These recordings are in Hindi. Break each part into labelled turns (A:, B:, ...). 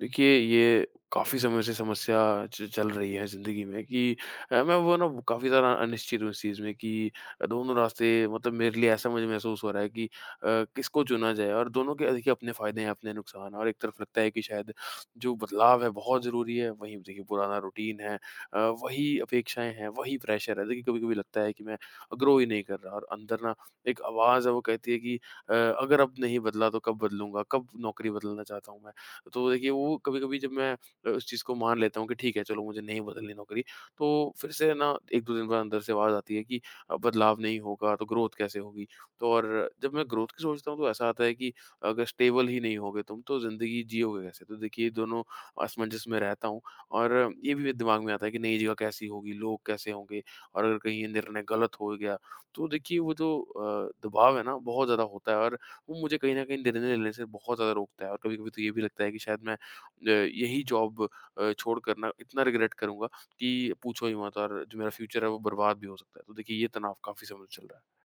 A: देखिए, ये काफ़ी समय से समस्या च चल रही है ज़िंदगी में कि मैं वो ना काफ़ी ज़्यादा अनिश्चित हूँ इस चीज़ में कि दोनों रास्ते मतलब मेरे लिए ऐसा मुझे महसूस हो रहा है कि किसको चुना जाए और दोनों के देखिए अपने फ़ायदे हैं, अपने नुकसान हैं और एक तरफ लगता है कि शायद जो बदलाव है बहुत ज़रूरी है, वहीं देखिए पुराना रूटीन है, वही अपेक्षाएँ हैं, वही प्रेशर है। देखिए, कभी-कभी लगता है कि मैं ग्रो ही नहीं कर रहा और अंदर ना एक आवाज़ है, वो कहती है कि अगर अब नहीं बदला तो कब बदलूँगा? कब नौकरी बदलना चाहता हूँ मैं? तो देखिए वो कभी-कभी जब मैं उस चीज़ को मान लेता हूँ कि ठीक है चलो मुझे नहीं बदलनी नौकरी, तो फिर से ना 1-2 दिन बाद अंदर से आवाज़ आती है कि बदलाव नहीं होगा तो ग्रोथ कैसे होगी? तो और जब मैं ग्रोथ की सोचता हूँ तो ऐसा आता है कि अगर स्टेबल ही नहीं होगे तुम तो ज़िंदगी जियोगे कैसे? तो देखिए ये दोनों असमंजस में रहता हूँ और ये भी मेरे दिमाग में आता है कि नई जगह कैसी होगी? लोग कैसे होंगे? और अगर कहीं ये निर्णय गलत हो गया, तो देखिए वो जो दबाव है ना बहुत ज़्यादा होता है और वो मुझे कहीं न कहीं निर्णय लेने से बहुत ज़्यादा रोकता है और कभी-कभी तो ये भी लगता है कि शायद मैं यही जॉब छोड़ कर ना इतना रिग्रेट करूँगा कि पूछो ही मत, और जो मेरा फ्यूचर है वो बर्बाद भी हो सकता है। तो देखिए ये तनाव काफ़ी समय से चल रहा है।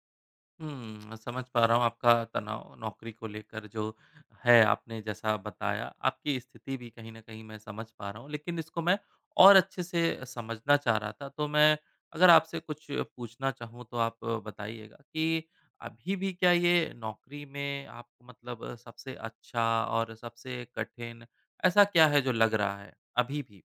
B: समझ पा रहा हूँ आपका तनाव नौकरी को लेकर जो है। आपने जैसा बताया, आपकी स्थिति भी कहीं न कहीं मैं समझ पा रहा हूँ, लेकिन इसको मैं और अच्छे से समझना चाह रहा था। तो मैं अगर आपसे कुछ पूछना चाहूँ तो आप बताइएगा कि अभी भी क्या ये नौकरी में आपको मतलब सबसे अच्छा और सबसे कठिन ऐसा क्या है जो लग रहा है, अभी भी?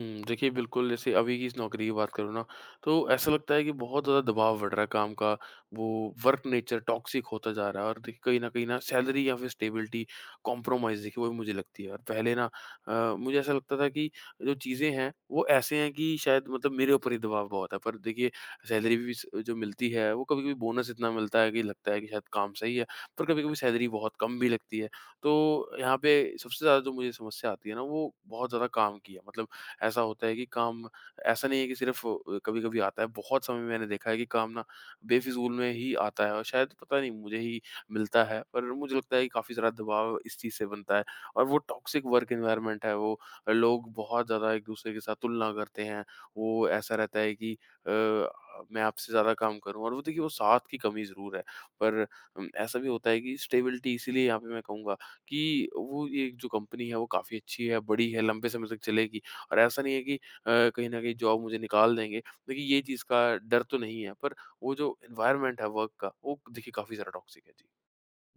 A: हुँ, देखिए बिल्कुल जैसे अभी की इस नौकरी की बात करूँ ना, तो ऐसा लगता है कि बहुत ज़्यादा दबाव बढ़ रहा है काम का, वो वर्क नेचर टॉक्सिक होता जा रहा है और देखिए कहीं न कहीं ना सैलरी या फिर स्टेबिलिटी कॉम्प्रोमाइज़ देखिए वही मुझे लगती है, और पहले ना मुझे ऐसा लगता था कि जो चीज़ें हैं, वो ऐसे हैं कि शायद मतलब मेरे ऊपर ही दबाव बहुत है। पर देखिए सैलरी भी स जो मिलती है, वो कभी-कभी बोनस इतना मिलता है कि लगता है कि शायद काम सही है, पर कभी-कभी सैलरी बहुत कम भी लगती है। तो यहाँ पे सबसे ज़्यादा जो मुझे समस्या आती है ना, वो बहुत ज़्यादा काम की है। मतलब ऐसा होता है कि काम ऐसा नहीं है कि सिर्फ कभी-कभी आता है, बहुत समय मैंने देखा है कि काम ना बेफ़िज़ूल में ही आता है और शायद पता नहीं मुझे ही मिलता है, पर मुझे लगता है कि काफ़ी सारा दबाव इस चीज़ से बनता है और वो टॉक्सिक वर्क एनवायरनमेंट है, वो लोग बहुत ज़्यादा एक-दूसरे के साथ तुलना करते हैं। वो ऐसा रहता है कि अ, मैं आपसे ज़्यादा काम करूँ, और वो देखिए वो साथ की कमी ज़रूर है, पर ऐसा भी होता है कि स्टेबिलिटी इसीलिए यहाँ पे मैं कहूँगा कि वो ये जो कंपनी है, वो काफ़ी अच्छी है, बड़ी है, लंबे समय तक चलेगी, और ऐसा नहीं है कि कहीं न कहीं जॉब मुझे निकाल देंगे। देखिए ये चीज़ का डर तो नहीं है, पर वो जो एनवायरनमेंट है वर्क का, वो देखिए काफ़ी ज़्यादा टॉक्सिक है। जी।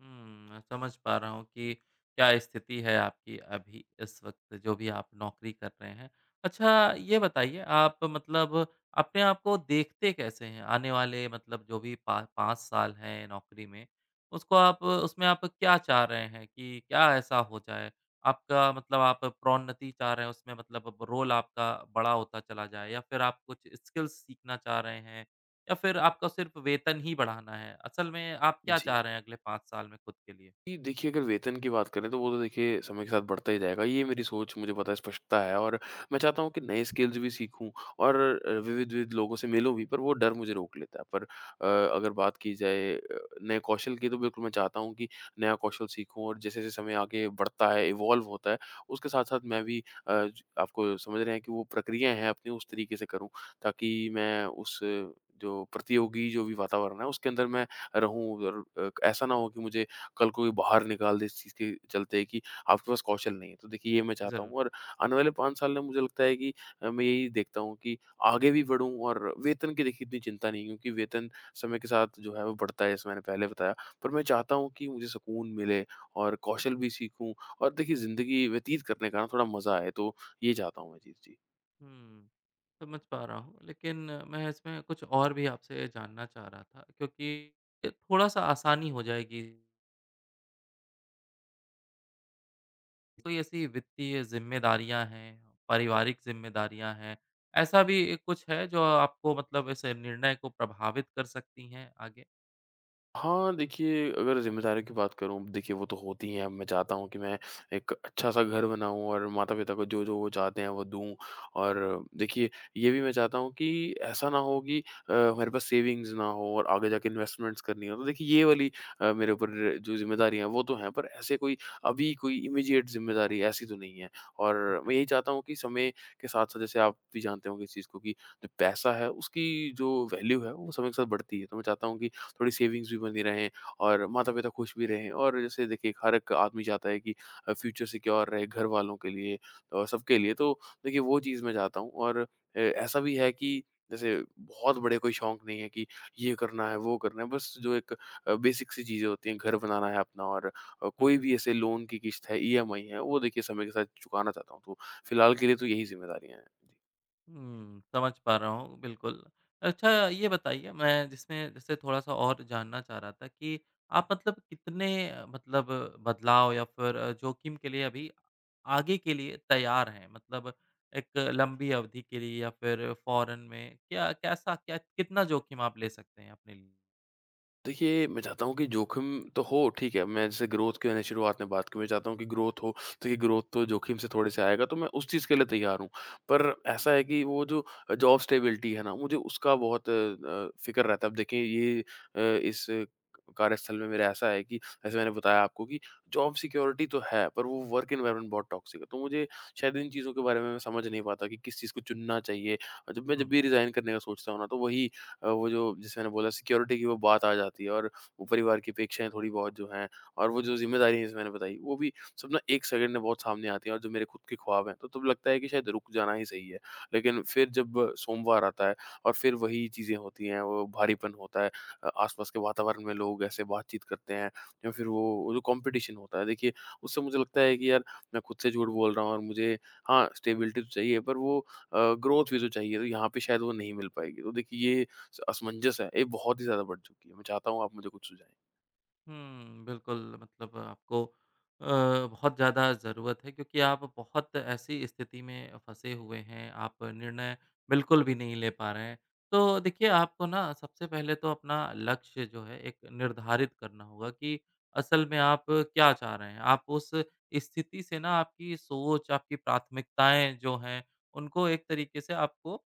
B: समझ पा रहा हूँ कि क्या स्थिति है आपकी अभी इस वक़्त जो भी आप नौकरी कर रहे हैं। अच्छा, ये बताइए, आप मतलब अपने आप को देखते कैसे हैं? आने वाले मतलब जो भी पा 5 साल हैं नौकरी में, उसको आप उसमें आप क्या चाह रहे हैं कि क्या ऐसा हो जाए? आपका मतलब आप प्रोन्नति चाह रहे हैं उसमें, मतलब रोल आपका बड़ा होता चला जाए या फिर आप कुछ स्किल्स सीखना चाह रहे हैं? या फिर आपका सिर्फ वेतन ही बढ़ाना है? असल में आप क्या
A: जी।
B: चाह रहे हैं अगले 5 साल में खुद के लिए?
A: जी, देखिए अगर वेतन की बात करें तो वो तो देखिए समय के साथ बढ़ता ही जाएगा। ये मेरी सोच, मुझे पता है स्पष्टता है और मैं चाहता हूँ कि नए स्किल्स भी सीखूँ और विविध-विविध लोगों से मिलूँ भी, पर वो डर मुझे रोक लेता है। पर अगर बात की जाए नए कौशल की तो बिल्कुल मैं चाहता हूँ कि नया कौशल सीखूँ और जैसे-जैसे समय आगे बढ़ता है, इवॉल्व होता है, उसके साथ-साथ मैं भी अ, ज आपको समझ रहे हैं कि वो प्रक्रियाएँ हैं अपनी उस तरीके से करूँ ताकि मैं उस जो प्रतियोगी जो भी वातावरण है उसके अंदर मैं रहूँ, और ऐसा ना हो कि मुझे कल को कोई बाहर निकाल दे इस चीज़ के चलते कि आपके पास कौशल नहीं है। तो देखिए ये मैं चाहता हूँ,
B: ज़रूर।
A: और आने वाले 5 साल में मुझे लगता है कि मैं यही देखता हूँ कि आगे भी बढ़ूँ, और वेतन की देखिए इतनी चिंता नहीं है क्योंकि वेतन समय के साथ जो है वो बढ़ता है, जैसे मैंने पहले बताया। पर मैं चाहता हूँ कि मुझे सुकून मिले और कौशल भी सीखूँ और देखिए ज़िंदगी व्यतीत करने का ना थोड़ा मज़ा आए। तो ये चाहता हूँ मैं। जी, जी।
B: हुँ, समझ पा रहा हूँ, लेकिन मैं इसमें कुछ और भी आपसे जानना चाह रहा था, क्योंकि थोड़ा-सा आसानी हो जाएगी। कोई ऐसी वित्तीय ज़िम्मेदारियाँ हैं, पारिवारिक ज़िम्मेदारियाँ हैं, ऐसा भी कुछ है जो आपको मतलब इस निर्णय को प्रभावित कर सकती हैं आगे?
A: हाँ, देखिए अगर ज़िम्मेदारियों की बात करूँ, देखिए वो तो होती हैं, अब मैं चाहता हूँ कि मैं एक अच्छा-सा घर बनाऊँ और माता-पिता को जो-जो वो चाहते हैं वो दूँ। और देखिए ये भी मैं चाहता हूँ कि ऐसा ना हो कि हमारे पास सेविंग्स ना हो और आगे जाके इन्वेस्टमेंट्स करनी हो। तो देखिए ये वाली मेरे ऊपर जो ज़िम्मेदारियाँ हैं वो तो हैं, पर ऐसे कोई अभी कोई इमीडिएट ज़िम्मेदारी ऐसी तो नहीं है। और
B: अच्छा।
A: मैं यही चाहता हूँ कि समय के साथ-साथ, जैसे आप भी जानते होंगे इस चीज़ को कि जो पैसा है उसकी जो वैल्यू है वो समय के साथ बढ़ती है। तो मैं चाहता हूँ कि थोड़ी सेविंग्स भी बनी रहें और माता-पिता खुश भी रहें। और जैसे देखिए हर एक आदमी चाहता है कि फ्यूचर सिक्योर रहे घर वालों के लिए और सबके लिए। तो देखिए वो चीज़ मैं चाहता हूँ, और ऐसा भी है कि जैसे बहुत बड़े कोई शौक नहीं है कि ये करना है, वो करना है। बस जो एक बेसिक सी चीज़ें होती हैं, घर बनाना है अपना और कोई भी ऐसे लोन की किश्त है, ईएमआई है, वो देखिए समय के साथ चुकाना चाहता हूँ। तो फिलहाल के लिए तो यही ज़िम्मेदारियाँ हैं।
B: समझ पा रहा हूँ, बिल्कुल। अच्छा, ये बताइए, मैं जिसमें जैसे थोड़ा-सा और जानना चाह रहा था कि आप मतलब कितने मतलब बदलाव या फिर जोखिम के लिए अभी आगे के लिए तैयार हैं? मतलब एक लंबी अवधि के लिए या फिर फ़ौरन में, क्या कितना जोखिम आप ले सकते हैं अपने लिए?
A: देखिए, मैं चाहता हूँ कि जोखिम तो हो, ठीक है। मैं, जैसे ग्रोथ की मैंने शुरुआत में बात की, मैं चाहता हूँ कि ग्रोथ हो, तो ये ग्रोथ तो जोखिम से थोड़े-से आएगा, तो मैं उस चीज़ के लिए तैयार हूँ। पर ऐसा है कि वो जो जॉब स्टेबिलिटी है ना, मुझे उसका बहुत फ़िक्र रहता है। अब देखिए ये अ, इस कार्यस्थल में मेरा ऐसा है कि जैसे मैंने बताया आपको कि जॉब सिक्योरिटी तो है, पर वो वर्क एनवायरनमेंट बहुत टॉक्सिक है। तो मुझे शायद इन चीज़ों के बारे में मैं समझ नहीं पाता कि किस चीज़ को चुनना चाहिए। और जब
B: हुँ।
A: भी रिज़ाइन करने का सोचता हूँ ना, तो वही वो जो, जैसे मैंने बोला, सिक्योरिटी की वो बात आ जाती है और वो परिवार की अपेक्षाएँ थोड़ी बहुत जो हैं और वो जो ज़िम्मेदारी है जैसे मैंने बताई, वो भी सब ना एक सेकंड में बहुत सामने आती है और जो मेरे खुद के ख्वाब हैं, तो तब लगता है कि शायद रुक जाना ही सही है। लेकिन फिर जब सोमवार आता है और फिर वही चीज़ें होती हैं, वो भारीपन होता है, आस-पास के वातावरण में लोग ऐसे बातचीत करते हैं या फिर वो जो कॉम्पिटिशन होता है, देखिए उससे मुझे लगता है कि यार मैं खुद से झूठ बोल रहा हूँ और मुझे, हाँ, स्टेबिलिटी तो चाहिए पर वो ग्रोथ भी तो चाहिए, तो यहाँ पे शायद वो नहीं मिल पाएगी। तो देखिए ये स असमंजस है, ये बहुत ही ज़्यादा बढ़ चुकी है। मैं चाहता हूँ आप मुझे कुछ सुझाएँ।
B: बिल्कुल मतलब आपको अ, बहुत ज़्यादा ज़रूरत है, क्योंकि आप बहुत ऐसी स्थिति में फँसे हुए हैं, आप निर्णय बिल्कुल भी नहीं ले पा रहे हैं। तो देखिए, आपको ना सबसे पहले तो अपना लक्ष्य जो है एक निर्धारित करना होगा कि असल में आप क्या चाह रहे हैं? आप उस स्थिति से ना, आपकी सोच, आपकी प्राथमिकताएँ जो हैं, उनको एक तरीके से आपको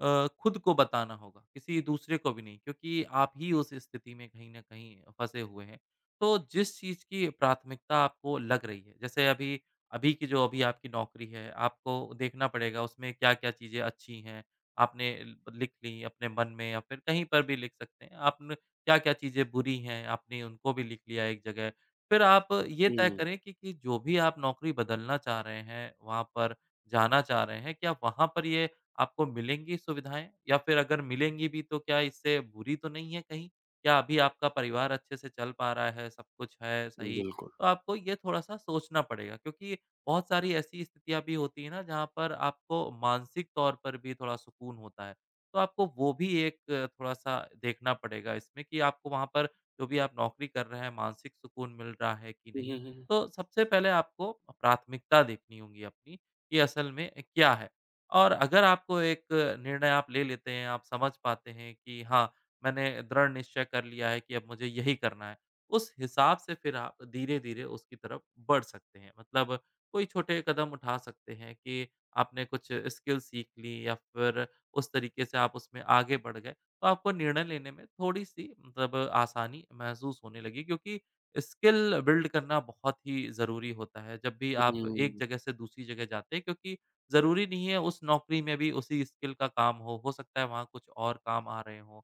B: खुद को बताना होगा, किसी दूसरे को भी नहीं, क्योंकि आप ही उस स्थिति में कहीं न कहीं फँसे हुए हैं। तो जिस चीज़ की प्राथमिकता आपको लग रही है, जैसे अभी अभी की जो अभी आपकी नौकरी है, आपको देखना पड़ेगा उसमें क्या-क्या चीज़ें अच्छी हैं, आपने ल लिख ली अपने मन में या फिर कहीं पर भी लिख सकते हैं। आपने क्या-क्या चीज़ें बुरी हैं, आपने उनको भी लिख लिया एक जगह। फिर आप ये तय
A: हुँ,
B: करें कि जो भी आप नौकरी बदलना चाह रहे हैं, वहाँ पर जाना चाह रहे हैं, क्या वहाँ पर ये आपको मिलेंगी सुविधाएँ? या फिर अगर मिलेंगी भी तो क्या इससे बुरी तो नहीं है कहीं? या अभी आपका परिवार अच्छे से चल पा रहा है, सब कुछ है सही?
A: बिल्कुल।
B: तो आपको ये थोड़ा-सा सोचना पड़ेगा, क्योंकि बहुत सारी ऐसी स्थितियाँ भी होती हैं ना जहाँ पर आपको मानसिक तौर पर भी थोड़ा सुकून होता है। तो आपको वो भी एक थोड़ा-सा देखना पड़ेगा इसमें कि आपको वहाँ पर जो भी आप नौकरी कर रहे हैं मानसिक सुकून मिल रहा है कि
A: हुँ,
B: नहीं?
A: हुँ, हुँ।
B: तो सबसे पहले आपको प्राथमिकता देखनी होगी अपनी कि असल में क्या है? और अगर आपको एक निर्णय आप ले लेते हैं, आप समझ पाते हैं कि हाँ, मैंने दृढ़ निश्चय कर लिया है कि अब मुझे यही करना है। उस हिसाब से फिर आप धीरे-धीरे उसकी तरफ बढ़ सकते हैं। मतलब कोई छोटे कदम उठा सकते हैं कि आपने कुछ स्किल सीख ली या फिर उस तरीके से आप उसमें आगे बढ़ गए, तो आपको निर्णय लेने में थोड़ी-सी मतलब आसानी महसूस होने लगी, क्योंकि स्किल बिल्ड करना बहुत ही ज़रूरी होता है, जब भी
A: हुँ,
B: आप
A: हुँ,
B: एक जगह से दूसरी जगह जाते हैं, क्योंकि ज़रूरी नहीं है उस नौकरी में भी उसी स्किल का काम हो सकता है वहाँ कुछ और काम आ रहे हों।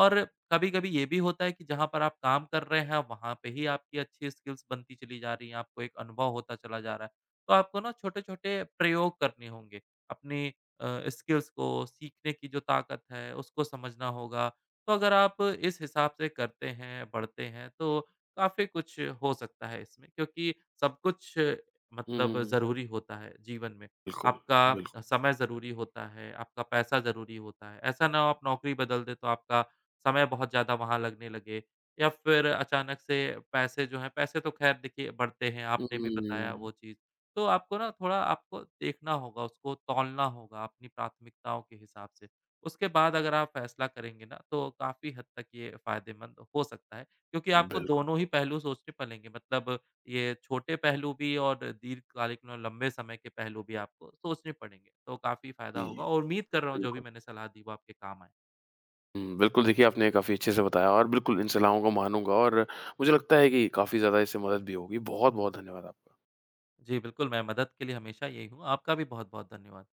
B: और कभी-कभी ये भी होता है कि जहाँ पर आप काम कर रहे हैं, वहाँ पे ही आपकी अच्छी स्किल्स बनती चली जा रही हैं, आपको एक अनुभव होता चला जा रहा है। तो आपको ना छोटे-छोटे प्रयोग करने होंगे, अपनी स्किल्स को, सीखने की जो ताकत है, उसको समझना होगा। तो अगर आप इस हिसाब से करते हैं, बढ़ते हैं, तो काफ़ी कुछ हो सकता है इसमें, क्योंकि सब कुछ
A: हुँ,
B: मतलब
A: हुँ।
B: ज़रूरी होता है जीवन में।
A: बिल्कुल, बिल्कु
B: आपका समय ज़रूरी होता है, आपका पैसा ज़रूरी होता है। ऐसा ना हो आप नौकरी बदल दें, तो आपका समय बहुत ज़्यादा वहाँ लगने लगे, या फिर अचानक से पैसे जो हैं, पैसे तो ख़ैर देखिए बढ़ते हैं, आपने भी बताया
A: हुँ।
B: वो चीज़। तो आपको ना थोड़ा आपको देखना होगा, उसको तौलना होगा अपनी प्राथमिकताओं के हिसाब से। उसके बाद अगर आप फ़ैसला करेंगे ना, तो काफ़ी हद तक ये फ़ायदेमंद हो सकता है, क्योंकि आपको
A: बिल्कुल,
B: दोनों ही पहलू सोचने पड़ेंगे, मतलब ये छोटे पहलू भी और दीर्घकालिक न लंबे समय के पहलू भी आपको सोचने पड़ेंगे। तो काफ़ी फ़ायदा
A: जी,
B: होगा और उम्मीद कर रहा हूँ जो भी
A: बिल्कुल।
B: मैंने सलाह दी वो आपके काम आए।
A: हुँ, बिल्कुल देखिए आपने काफ़ी अच्छे से बताया और बिल्कुल इन सलाहों को मानूँगा और मुझे लगता है कि काफ़ी ज़्यादा इससे मदद भी होगी। बहुत-बहुत धन्यवाद आपका।
B: जी, बिल्कुल, मैं मदद के लिए हमेशा यही हूँ। आपका भी बहुत-बहुत धन्यवाद।